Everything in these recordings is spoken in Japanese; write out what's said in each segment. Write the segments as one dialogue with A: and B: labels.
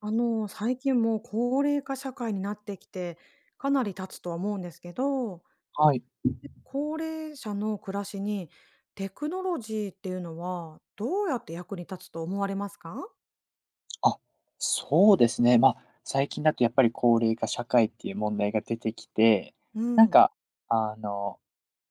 A: 最近もう高齢化社会になってきて、かなり経つとは思うんですけど、
B: はい。
A: 高齢者の暮らしにテクノロジーっていうのはどうやって役に立つと思われますか？
B: あ、そうですね。まあ、最近だとやっぱり高齢化社会っていう問題が出てきて、
A: う
B: なん
A: ん。
B: か、あの、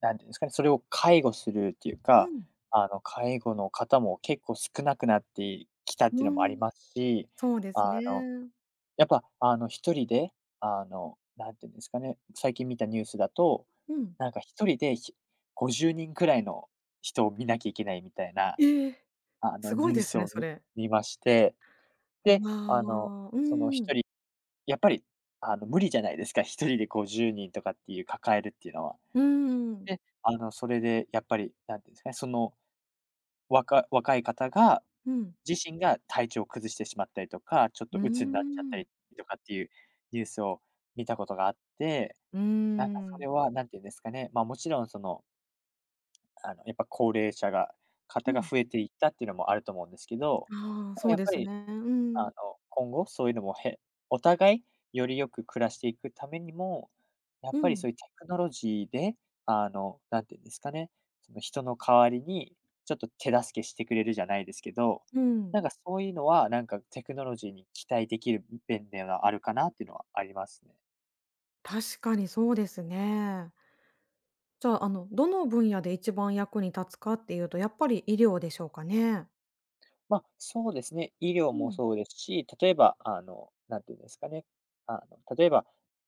B: なんていうんですかね、それを介護するっていう
A: う
B: か、
A: ん。
B: 介護の方も結構少なくなってきたって
A: う
B: いうのもあり
A: ん。
B: ますし、
A: そうです
B: あの、
A: ね。
B: やっぱ、一人で、なんていうんですかね、最近見たニュースだと、
A: うん。
B: なんか一人で50人くらいの人を見なきゃいけないみたいな、
A: ええ、すごい
B: ニュー
A: で
B: ス
A: すね、
B: を
A: そ
B: 見
A: れ。
B: 見まして、
A: う
B: で、
A: わ、う
B: その
A: ん。
B: 一人やっぱり、無理じゃないですか、一人で50人とかっていう抱えるっていうのは。
A: うん。
B: で、それでやっぱり、何ていうんですかね、その、若い方が
A: うん。
B: 自身が体調を崩してしまったりとか、ちょっ
A: う
B: と
A: ー
B: 鬱になっちゃった
A: ん。
B: りとかっていうニュースを見たことがあって、
A: うー
B: なんかそれ
A: ん。
B: は何て言うんですかね、ま、もちろんその、やっぱ高齢者が
A: う
B: 方が
A: ん。
B: 増えていったっていうのもあると思うんですけど、
A: ああ、
B: でも
A: そう
B: やっ
A: で
B: ぱ
A: す
B: り
A: ね。う
B: あの、
A: ん。
B: 今後そういうのも、お互いよりよく暮らしていくためにも、やっ
A: う
B: ぱり
A: ん。
B: そういうテクノロジーで、なんていうんですかね、その人の代わりにちょっと手助けしてくれるじゃないですけど、
A: うん。
B: なんかそういうのは、なんかテクノロジーに期待できる面ではあるかなっていうのはありますね。
A: 確かにそうですね。じゃあ、どの分野で一番役に立つかっていうと、やっぱり医療でしょうかね。
B: まあ、そうですね。医療
A: う
B: も
A: ん。
B: そうですし、例えば、何て言うんですかね、例えば、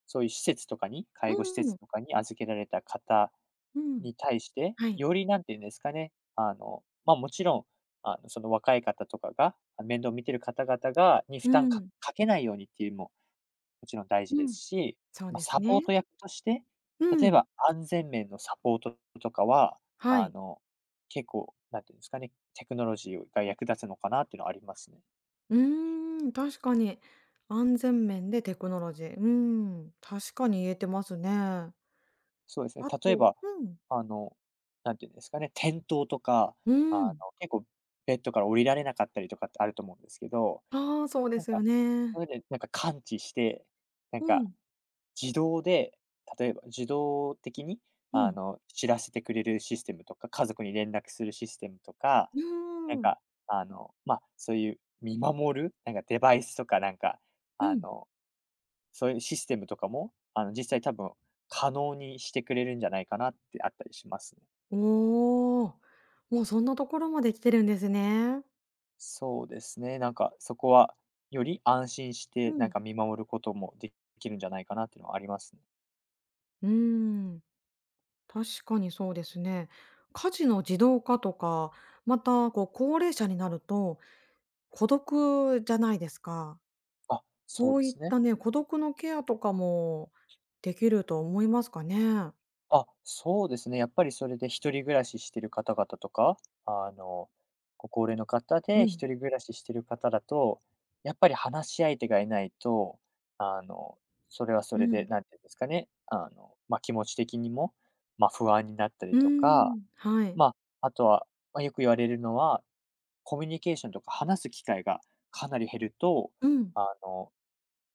B: そういう施設とかに介護施
A: う
B: 設
A: ん、
B: とかに預けられた方
A: うん。
B: に対して、
A: はい。
B: より何て言うんですかね、まあ、もちろん、その若い方とかが、面倒を見てる方々に
A: う
B: 負担
A: ん、
B: かけないようにっていうのももちろん大事
A: う
B: です
A: ん。
B: し、
A: そう
B: ま、
A: です
B: サポー
A: ね。
B: ト役として、
A: う
B: 例え
A: ん。
B: ば安全面のサポートとかは、
A: は
B: あ
A: い。
B: の、結構、なんていうんですかね、テクノロジーが役立つのかなっていうのはありますね。
A: うーん、確かに。安全面でテクノロジー。うん、確かに言えてますね。
B: そうですね、
A: あ
B: 例え
A: と
B: ば、
A: うん。
B: あの、なんていうんですかね、転倒とか、
A: うん。
B: 結構ベッドから降りられなかったりとかってあると思うんですけど、
A: ああ、そうで
B: なん
A: すよ
B: か、そ
A: ね。
B: れで、なんか感知して、なん
A: う
B: か
A: ん、
B: 自動で、例えば自動的に、
A: うん。
B: 知らせてくれるシステムとか、家族に連絡するシステムとか、
A: う
B: なん
A: ーん。
B: か、まあ、そういう見守る、なんかデバイスとかなんか、
A: う
B: あ
A: ん。
B: の、そういうシステムとかも、実際多分可能にしてくれるんじゃないかなってあったりしますね。
A: おお、もうそんなところまで来てるんですね。
B: そうですね、なんかそこは、より安心し
A: う
B: てなん
A: ん。
B: か見守ることもできるんじゃないかなっていうのはありますね。
A: うーん、確かにそうですね。家事の自動化とか、またこう高齢者になると孤独じゃないですか。
B: あ、そう
A: こ
B: で
A: ういっ
B: すね。
A: たね、孤独のケアとかもできると思いますかね。
B: あ、そうですね。やっぱりそれで一人暮らししてる方々とか、あの、ご高齢の方
A: う
B: で
A: ん、
B: 一人暮らししてる方だと、やっぱり話し相手がいないと、あの、それはそ
A: う
B: れで、
A: ん、
B: なんていうんですかね、まあ、気持ち的にも、まあ、不安になった
A: う
B: りとか、
A: ーん、はい。
B: まあ、あとは、まあ、よく言われるのは、コミュニケーションとか話す機会がかなり減ると、
A: うん。
B: あの、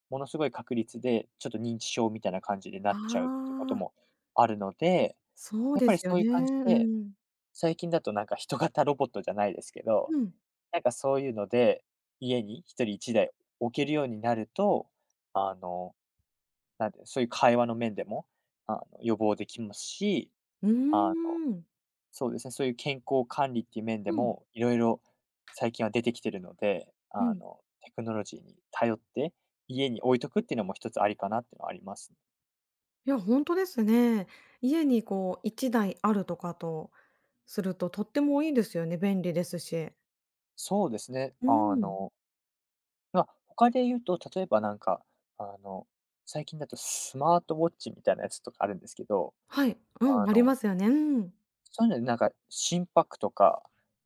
B: ものすごい確率で、ちょっと認知症みたいな感じでな
A: あ
B: っちゃうってこと
A: あ、
B: もあるので、
A: そう
B: やっ
A: で
B: ぱり
A: すよ
B: そうい
A: ね。
B: う感じ
A: う
B: で、
A: ん。
B: 最近だとなんか人型ロボットじゃないですけど、
A: うん。
B: なんかそういうので、家に一人一台置けるようになると、あの、なんでそういう会話の面でも、予防できますし、
A: うー
B: あの、
A: ん。
B: そうですね、そういう健康管理っていう面で
A: うん。
B: も、いろいろ最近は出てきてるので、
A: うん。
B: テクノロジーに頼って、家に置いとくっていうのも一つありかなっていうのはあります。
A: いや、本当ですね。家にこう1台あるとかとすると、とってもいいですよね、便利ですし。
B: そうですね、
A: うん。
B: まあ、他で言うと、例えばなんか、あの、最近だとスマートウォッチみたいなやつとかあるんですけど、
A: はい、う
B: あ
A: ん、ありま
B: の、
A: すよね。うん。
B: そういうのでなんか心拍とか、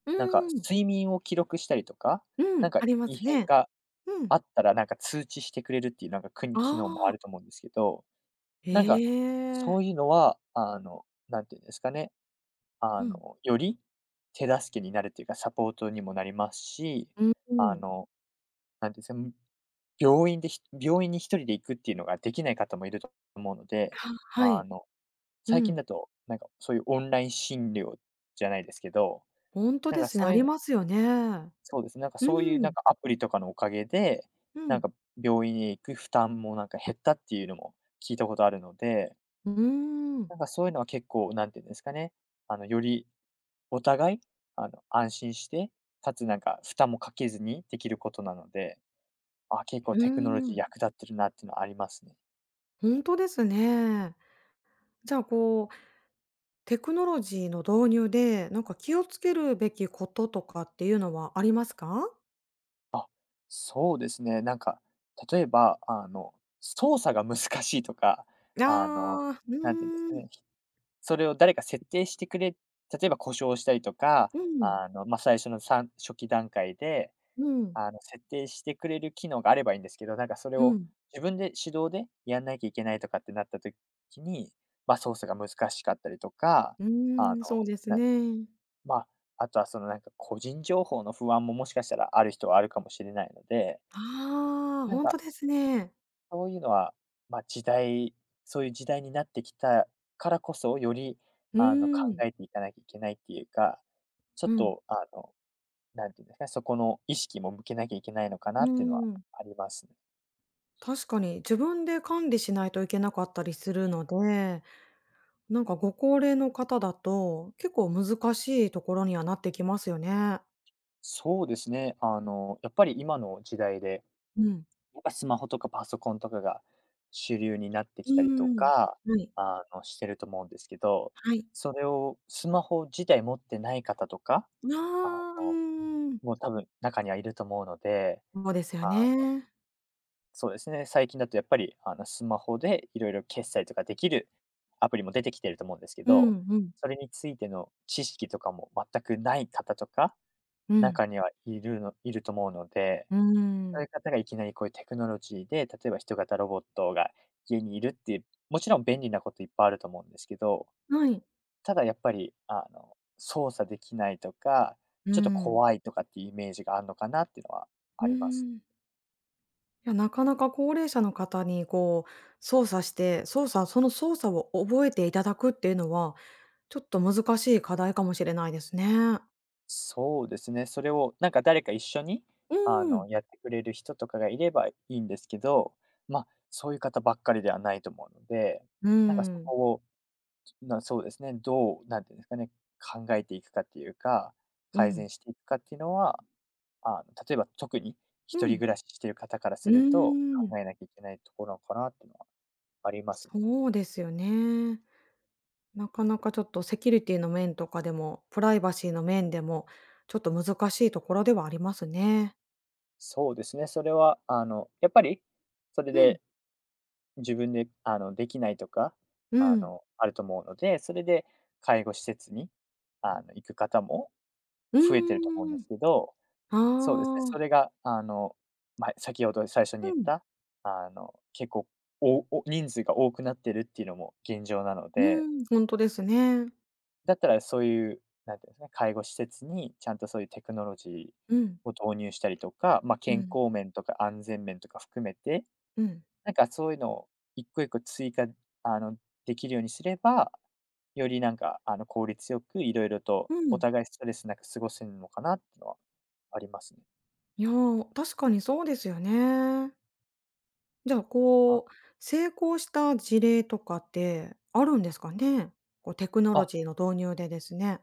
A: うんう
B: なんか
A: んうん。
B: 睡眠を記録したりとか、
A: う
B: な
A: ん、
B: んか
A: ありま
B: 異
A: す
B: 変
A: ね。
B: が
A: うん。
B: あったらなんか通知してくれるっていうなんか、
A: あ
B: 機能もあると
A: あ、
B: 思うんですけど、
A: え
B: なんか、
A: え。
B: そういうのは、なんていうんですかね、
A: うん。
B: より手助けになるっていうか、サポートにもなりますし、
A: うんう
B: あ
A: ん。
B: のなんて、その、病院に一人で行くっていうのができない方もいると思うので、
A: は
B: あ
A: い。
B: の、
A: う
B: 最近
A: ん。
B: だと、なんか、そういうオンライン診療じゃないですけど、
A: ほんと
B: なん
A: で
B: か、
A: すね、
B: そ
A: あ
B: ういう
A: り
B: の
A: ますよね。
B: そうですね、なんか、
A: う
B: そういう、なん
A: ん、
B: か、アプリとかのおかげで、
A: う
B: なん
A: ん。
B: か、病院に行く負担も、なんか、減ったっていうのも聞いたことあるので、
A: うーん。
B: なんか、そういうのは結構、なんていうんですかね、よりお互い、安心して、かつ、なんか、負担もかけずにできることなので、あ、結構
A: うー
B: テクノロジー
A: ん。
B: 役立ってるなっていうのはありますね。
A: ほんとですね。じゃあこうテクノロジーの導入で、なんか気をつけるべきこととかっていうのはありますか？
B: そうですね、なんか、例えば、操作が難しいとか、あの、
A: ああ、う
B: なんていうんですか
A: ーん、
B: ね、それを誰か設定してくれ、例えば故障したりとか、
A: うん、
B: まあ、最初の初期段階で、
A: うん、
B: 設定してくれる機能があればいいんですけど、なんかそれ
A: う
B: を
A: ん、
B: 自分で手動でやんなきゃいけないとかってなった時に、まあ、操作が難しかったりとか、
A: う
B: あの、
A: ーん、そうです
B: な
A: ね。
B: まあ、あとはそのなんか個人情報の不安ももしかしたらある人はあるかもしれないので、
A: ああ、
B: なん
A: ほんと
B: か
A: ですね。
B: そういうのは、まあ、そういう時代になってきたからこそ、より
A: うー
B: 考
A: ん、
B: えていかなきゃいけないっていうか、ちょ
A: う
B: っ
A: ん、
B: となんていうんですかね、そこの意識も向けなきゃいけないのかな
A: う
B: っ
A: ー
B: ていうのは
A: ん。
B: ありますね。
A: 確かに自分で管理しないといけなかったりするので、なんかご高齢の方だと、結構難しいところにはなってきますよね。
B: そうですね、やっぱり今の時代で
A: うん。
B: やっぱスマホとかパソコンとかが主流になって
A: う
B: きたりと
A: ーん。
B: か、
A: はい。
B: してると思うんですけど、
A: はい。
B: それをスマホ自体持ってない方とか、あ
A: ああ、う
B: の、
A: ーん。
B: もう多分中にはいると思うので、
A: そうですよ
B: あ、
A: ね。
B: そうですね、最近だとやっぱり、スマホでいろいろ決済とかできるアプリも出てきてると思うんですけ
A: う
B: ど、
A: んうん。
B: それについての知識とかも全くない方とか、
A: うん。
B: 中にはいると思うので、
A: うー
B: そういう
A: ん。
B: 方がいきなりこういうテクノロジーで、例えば人型ロボットが家にいるっていう、もちろん便利なこといっぱいあると思うんですけど、
A: はい。
B: ただやっぱり、操作できないとか、
A: う
B: ちょっと
A: ん。
B: 怖いとかっていうイメージがあるのかなっていうのは
A: う
B: あ
A: ー
B: ります。
A: ん。いや、なかなか高齢者の方にこう操作して操作その操作を覚えていただくっていうのは、ちょっと難しい課題かもしれないですね。
B: そうですね、それをなんか誰か一緒に、
A: うん。
B: やってくれる人とかがいればいいんですけど、ま、そういう方ばっかりではないと思うので、
A: う
B: なんかそ
A: ん。
B: こをそうですね。どう、なんていうんですかね、考えていくかっていうか、
A: う
B: 改
A: ん。
B: 善していくかっていうのは、例えば特に
A: う
B: 一人
A: ん。
B: 暮らししてる方から
A: う
B: すると、
A: ーん。
B: 考えなきゃいけないところかなっていうのはありますね。
A: そうですよね。なかなかちょっとセキュリティの面とかでも、プライバシーの面でも、ちょっと難しいところではありますね。
B: そうですね。それは、やっぱり、それ
A: うん。
B: で自分で、できないとか、
A: うん。
B: あると思うので、それで介護施設に、行く方も
A: う
B: 増えてると思うんで
A: ーん、
B: すけど、そうですね、
A: あ
B: そ
A: あ。
B: れが、ま、先ほど最初に
A: う
B: 言っ
A: ん。
B: た、結構、お人数が多くなってるっていうのも現状なの
A: う
B: で、
A: ん、ほんとですね。
B: だったらそういう、なんていうんですかね、介護施設にちゃんとそういうテクノロジ
A: うん、
B: ーを導入したりとか、まあ、
A: う
B: 健
A: ん、
B: 康面とか安全面とか含めて、
A: うん、
B: なんかそういうのを一個一個追加、あの、できるようにすれば、よりなんか、効率よくいろいろと
A: う
B: お
A: ん。
B: 互いストレスなく過ごせるのかなっていうのはありますね。
A: いや、確かにそうですよね。じゃあ、
B: あ
A: こう、成功した事例とかってあるんですかね？こうテクノロ
B: あ
A: ジーの導入でですね。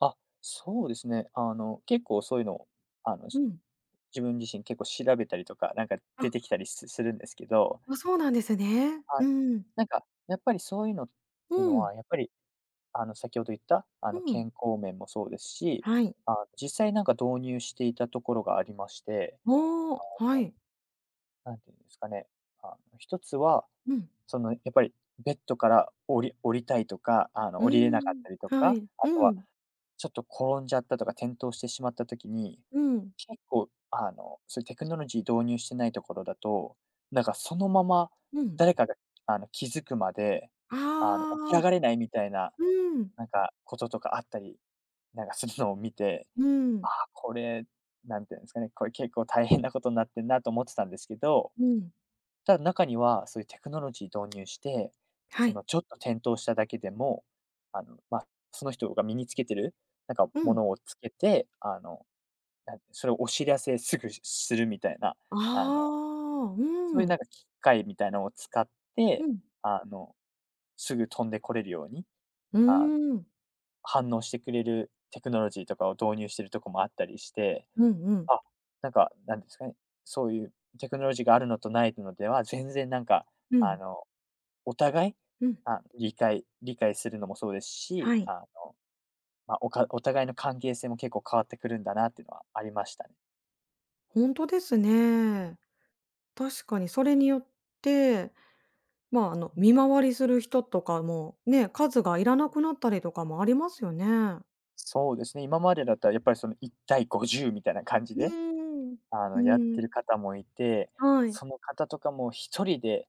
B: あ、そうですね。結構そういうのを、あの、
A: う
B: し
A: ん。
B: 自分自身結構調べたりとか、なんか
A: あ、
B: 出てきたりすするんですけど、
A: あ、そうなんですね。う
B: あ、
A: ん。
B: なんかやっぱりそういうのっていう
A: う
B: の
A: ん、
B: は、やっぱり、先ほど言った、
A: うん。
B: 健康面もそうですし、
A: はい。
B: 実際なんか導入していたところがありまして、
A: おお、
B: あ
A: は
B: の、
A: い。
B: なんていうんですかね、一つは、
A: うん。
B: その、やっぱりベッドから降りたいとか、
A: う
B: 降りれ
A: ー
B: なかっ
A: ん、
B: たりと
A: は
B: か、
A: い。
B: あと
A: う
B: は
A: ん、
B: ちょっと転んじゃったとか転倒してしまった時に、
A: うん、
B: 結構、そういうテクノロジー導入してないところだと、なんかそのまま
A: うん。
B: 誰かが、気づくまで、起き
A: あ
B: 上が
A: あ、
B: れないみたいな、
A: うん、
B: なんかこととかあったり、なんかするのを見て、
A: う
B: あ
A: ん。
B: あ、これ、なんていうんですかね、これ結構大変なことになってんなと思ってたんですけど、
A: うん、
B: ただ中には、そういうテクノロジー導入して、
A: は
B: そ
A: い。
B: のちょっと転倒しただけでも、まあ、その人が身につけてる、なんか
A: う
B: も
A: ん。
B: のをつけて、それをお知らせすぐするみたいな、
A: あ
B: あの、
A: あ、
B: そ
A: う
B: ういう
A: ん。
B: なんか機械みたいなのを使っ
A: う
B: て、
A: ん。
B: あの、すぐ飛んでこれるように、
A: う
B: あの、
A: ーん。
B: 反応してくれるテクノロジーとかを導入してるとこもあったりして、
A: うんうん。
B: あ、なんか、なんですかね、そういうテクノロジーがあるのとないのでは、全然なんか、
A: う
B: あ
A: ん。
B: のお互い、
A: うん。
B: 理解するのもそうですし、
A: はい。
B: まあ、お互いの関係性も結構変わってくるんだなっていうのはありましたね。
A: ほんとですね。確かにそれによって、まあ、見回りする人とかも、ね、数がいらなくなったりとかもありますよね。
B: そうですね、今までだったらやっぱりその1対50みたいな感じ
A: う
B: で、
A: ーん。う
B: やっ
A: ー
B: てる
A: ん。
B: 方もいて、
A: はい。
B: その方とかも一人で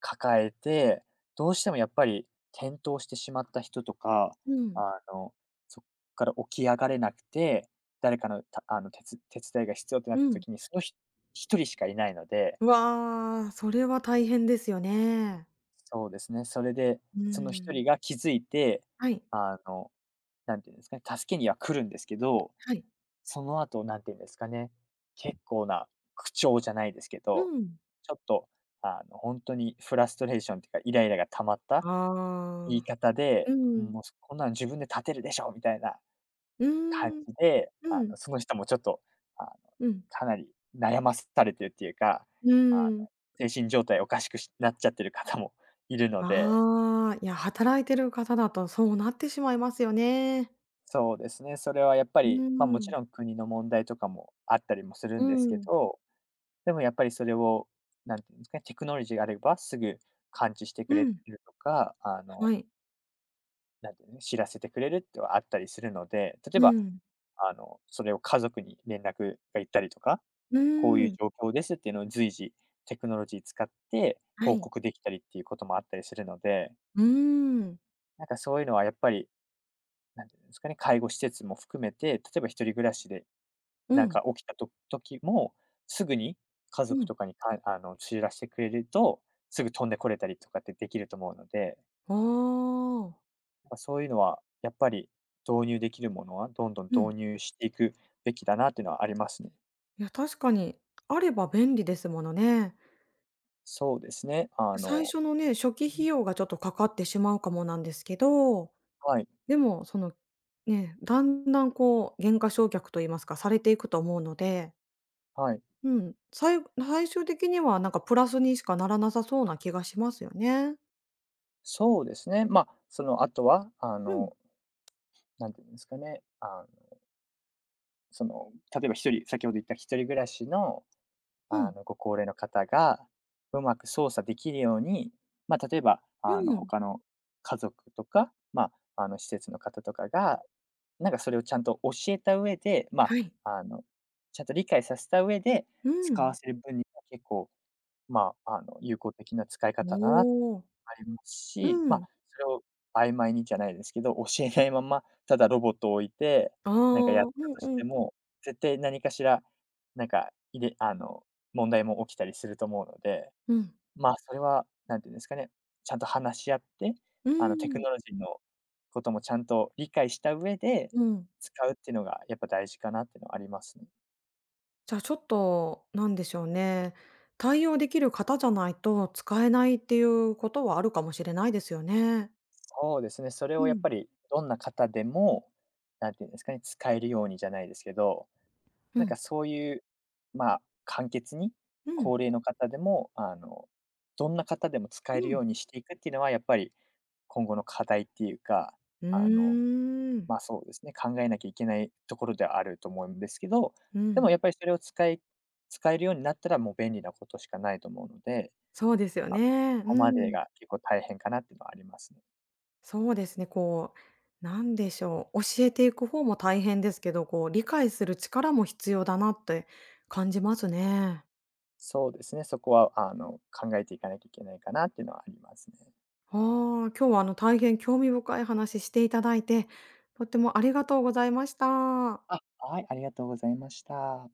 B: 抱えて、どうしてもやっぱり転倒してしまった人とか、
A: う
B: あ
A: ん。
B: の、そこから起き上がれなくて、誰かのたあの、つ手伝いが必要ってな
A: う
B: った
A: ん。
B: 時に、その一人しかいないので。
A: わあ、それは大変ですよね。
B: そうですね。それで、
A: う
B: その
A: ー
B: 一
A: ん。
B: 人が気づいて、
A: はい。
B: あの、なんていうんですかね、助けには来るんですけど、
A: はい。
B: その後なんていうんですかね、結構な口調じゃないですけ
A: う
B: ど、
A: ん。
B: ちょっと、本当にフラストレーションっていうか、イライラが溜まった言
A: あ
B: い
A: あ。
B: 方
A: う
B: で、
A: ん。
B: 「もう、こんなん自分で立てるでしょ」みたいな
A: う
B: 感
A: ーん、
B: じで、
A: うん、
B: その人もちょっと、あの、
A: うん、
B: かなり悩まされてるっていうか、
A: う
B: あの、
A: ーん。
B: 精神状態おかしくなっちゃってる方もいるので。
A: ああ、いや、働いてる方だとそうなってしまいますよね。
B: そうですね。それはやっぱ
A: う
B: り、
A: ー
B: まあ、もち
A: ん、
B: ろん国の問題とかもあったりもする
A: う
B: んですけ
A: ん、
B: ど、でもやっぱりそれを、なんていうんですかね、テクノロジーがあればすぐ感知して
A: う
B: くれ
A: ん、
B: るとか、
A: はい、
B: なんていうのね、知らせてくれるってはあったりするので、例え
A: う
B: ば、
A: ん、
B: それを家族に連絡が行ったりとか、
A: うー
B: こういう
A: ん、
B: 状況ですっていうのを随時テクノロジー使って
A: は
B: 報
A: い、
B: 告できたりっていうこともあったりするので、
A: うーん、
B: なんかそういうのはやっぱり、なんていうんですかね、介護施設も含めて、例えば一人暮らしで
A: う
B: なん
A: ん、
B: か起きた時も、すぐに家
A: う
B: 族
A: ん。
B: とかにかあの、知らしてくれると、すぐ飛んでこれたりとかってできると思うので、
A: ああ、
B: ま、そういうのはやっぱり導入できるものはどんどん
A: うん。
B: 導入していくべきだなっていうのはありますね。
A: いや、確かに、あれば便利ですものね。
B: そうですね。
A: 最初のね、初期費用がちょっとかかってしまうかもなんですけど、
B: はい、
A: でもその、ね、だんだんこう、減価償却と言いますか、されていくと思うので
B: はい。
A: うん、さい最終的にはなんかプラスにしかならなさそうな気がしますよね。
B: そうですね。まあ、そのあとは、
A: うん、
B: 何て言うんですかね、その、例えば先ほど言った一人暮らしの
A: うん、
B: ご高齢の方がうまく操作できるように、まあ、例えば、
A: うん、
B: 他の家族とか、まあ、施設の方とかが、なんかそれをちゃんと教えた上で、ま
A: はい、
B: あ、ちゃんと理解させた上で
A: う
B: 使
A: ん。
B: わせる分には結構、まあ、有効的な使い方だな
A: おお、
B: ありますし、
A: う
B: まあ、
A: ん。
B: それを曖昧にじゃないですけど、教えないまま、ただロボットを置いて、
A: ああ、
B: なんかやっ
A: う
B: た
A: ん
B: とし
A: う
B: て
A: ん。
B: も、絶対何かしら、なんか、いれあの、問題も起きたりすると思うので、
A: うん、
B: まあ、それは、なんていうんですかね、ちゃんと話し合って、
A: う
B: テク
A: ん、
B: ノロジーのこともちゃんと理解した上で、
A: うん。
B: 使うっていうのがやっぱ大事かなっていうのはありますね。
A: じゃあちょっと、なんでしょうね、対応できる方じゃないと使えないっていうことはあるかもしれないですよね。
B: そうですね、それ
A: う
B: をやっ
A: ん、
B: ぱりどんな方でも、なんていうんですかね、使えるようにじゃないですけど
A: う
B: なんか
A: ん、
B: そういう、まあ、簡潔に、
A: うん、
B: 高齢の方でも、どんな方でも使
A: う
B: えるよ
A: ん。
B: うにしていくっていうのは、やっぱり今後の課題っていうか、
A: う
B: あの、
A: ーん、
B: ま、そうですね、考えなきゃいけないところではあると思うんですけど、
A: う
B: で
A: ん。
B: もやっぱりそれを使えるようになったら、もう便利なことしかないと思うので、
A: そうですよ
B: あ
A: ね。
B: そこ
A: う
B: まで
A: ん。
B: が結構大変かなっていうのはありますね。
A: そうですね、こう、なんでしょう、教えていく方も大変ですけど、こう、理解する力も必要だなって感じますね。
B: そうですね、そこは、考えていかなきゃいけないかなっていうのはありますね。
A: ああ、今日は大変興味深い話していただいて、とってもありがとうございました。
B: はい、ありがとうございました。